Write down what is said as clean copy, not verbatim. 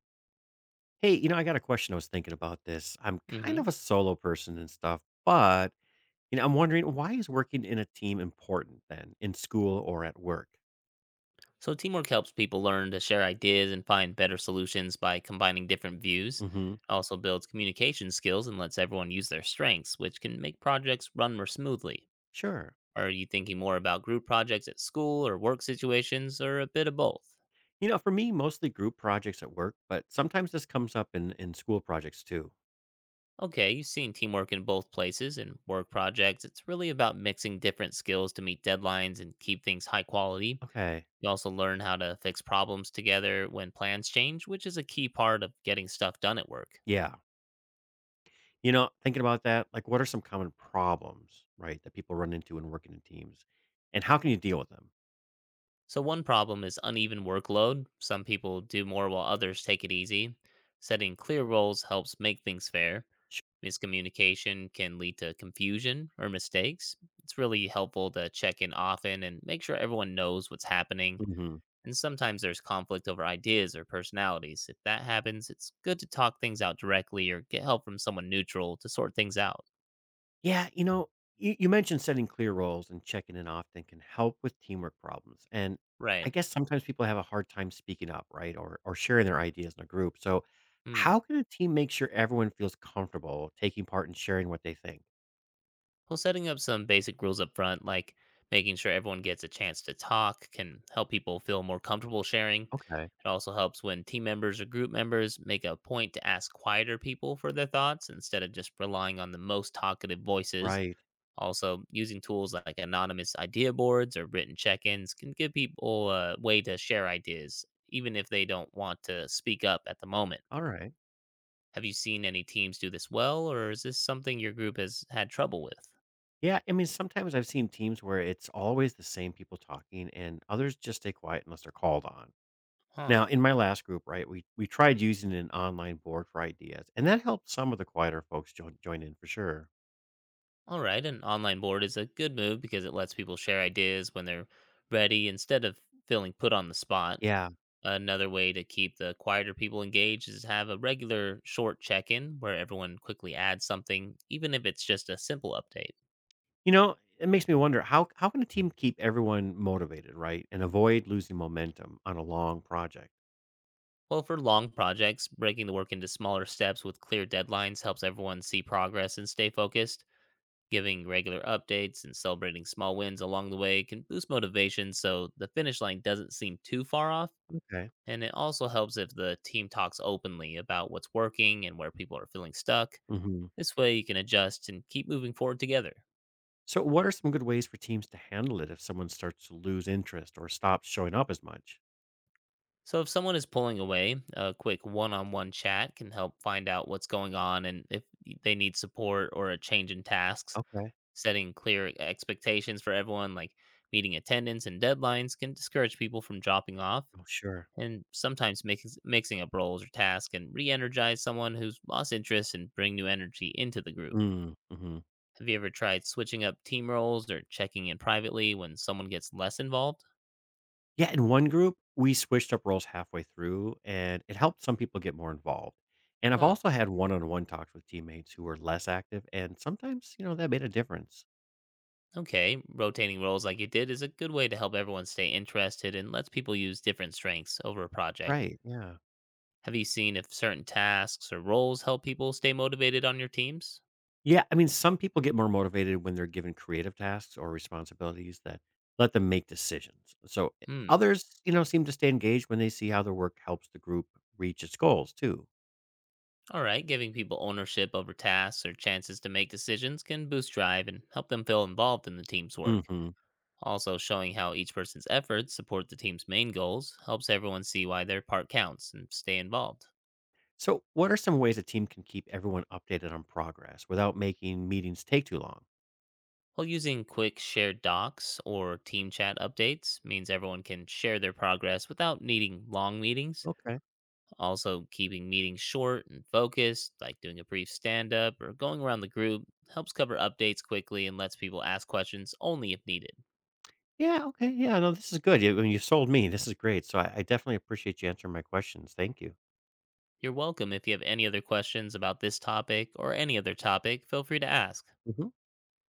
Hey, I got a question. I was thinking about this. I'm kind Hmm. of a solo person and stuff, but I'm wondering why is working in a team important then in school or at work? So teamwork helps people learn to share ideas and find better solutions by combining different views. It Hmm. also builds communication skills and lets everyone use their strengths, which can make projects run more smoothly. Sure. Are you thinking more about group projects at school or work situations or a bit of both? For me, mostly group projects at work, but sometimes this comes up in school projects too. Okay, you've seen teamwork in both places and work projects. It's really about mixing different skills to meet deadlines and keep things high quality. Okay. You also learn how to fix problems together when plans change, which is a key part of getting stuff done at work. Yeah. Thinking about that, like what are some common problems, right, that people run into when working in teams, and how can you deal with them? So, one problem is uneven workload. Some people do more while others take it easy. Setting clear roles helps make things fair. Miscommunication can lead to confusion or mistakes. It's really helpful to check in often and make sure everyone knows what's happening. Sure. And sometimes there's conflict over ideas or personalities. If that happens, it's good to talk things out directly or get help from someone neutral to sort things out. Yeah, you mentioned setting clear roles and checking in often can help with teamwork problems. And I Right. guess sometimes people have a hard time speaking up, right? Or sharing their ideas in a group. So Hmm. how can a team make sure everyone feels comfortable taking part and sharing what they think? Well, setting up some basic rules up front, like making sure everyone gets a chance to talk, can help people feel more comfortable sharing. Okay. It also helps when team members or group members make a point to ask quieter people for their thoughts instead of just relying on the most talkative voices. Right. Also, using tools like anonymous idea boards or written check ins can give people a way to share ideas, even if they don't want to speak up at the moment. All right. Have you seen any teams do this well, or is this something your group has had trouble with? Yeah. I mean, sometimes I've seen teams where it's always the same people talking and others just stay quiet unless they're called on. Huh. Now, in my last group, right, we tried using an online board for ideas, and that helped some of the quieter folks join in for sure. All right, an online board is a good move because it lets people share ideas when they're ready instead of feeling put on the spot. Yeah. Another way to keep the quieter people engaged is have a regular short check in where everyone quickly adds something, even if it's just a simple update. It makes me wonder how can a team keep everyone motivated, right, and avoid losing momentum on a long project? Well, for long projects, breaking the work into smaller steps with clear deadlines helps everyone see progress and stay focused. Giving regular updates and celebrating small wins along the way can boost motivation so the finish line doesn't seem too far off. Okay. And it also helps if the team talks openly about what's working and where people are feeling stuck. Mhm. This way, you can adjust and keep moving forward together. So what are some good ways for teams to handle it if someone starts to lose interest or stops showing up as much? So, if someone is pulling away, a quick one on one chat can help find out what's going on and if they need support or a change in tasks. Okay. Setting clear expectations for everyone, like meeting attendance and deadlines, can discourage people from dropping off. Oh, sure. And sometimes mixing up roles or tasks can re energize someone who's lost interest and bring new energy into the group. Mm, mm-hmm. Have you ever tried switching up team roles or checking in privately when someone gets less involved? Yeah, in one group, we switched up roles halfway through and it helped some people get more involved. And I've Huh. also had one-on-one talks with teammates who were less active and sometimes, that made a difference. Okay, rotating roles like you did is a good way to help everyone stay interested and lets people use different strengths over a project. Right. Yeah. Have you seen if certain tasks or roles help people stay motivated on your teams? Yeah, I mean, some people get more motivated when they're given creative tasks or responsibilities that let them make decisions. So Hmm. others, seem to stay engaged when they see how their work helps the group reach its goals too. All right, giving people ownership over tasks or chances to make decisions can boost drive and help them feel involved in the team's work. Hmm. Also, showing how each person's efforts support the team's main goals helps everyone see why their part counts and stay involved. So, what are some ways a team can keep everyone updated on progress without making meetings take too long? While using quick shared docs or team chat updates means everyone can share their progress without needing long meetings. Okay. Also, keeping meetings short and focused, like doing a brief stand up or going around the group, helps cover updates quickly and lets people ask questions only if needed. Yeah. Okay. Yeah. No, this is good. You sold me. This is great. So, I definitely appreciate you answering my questions. Thank you. You're welcome. If you have any other questions about this topic or any other topic, feel free to ask. Mhm.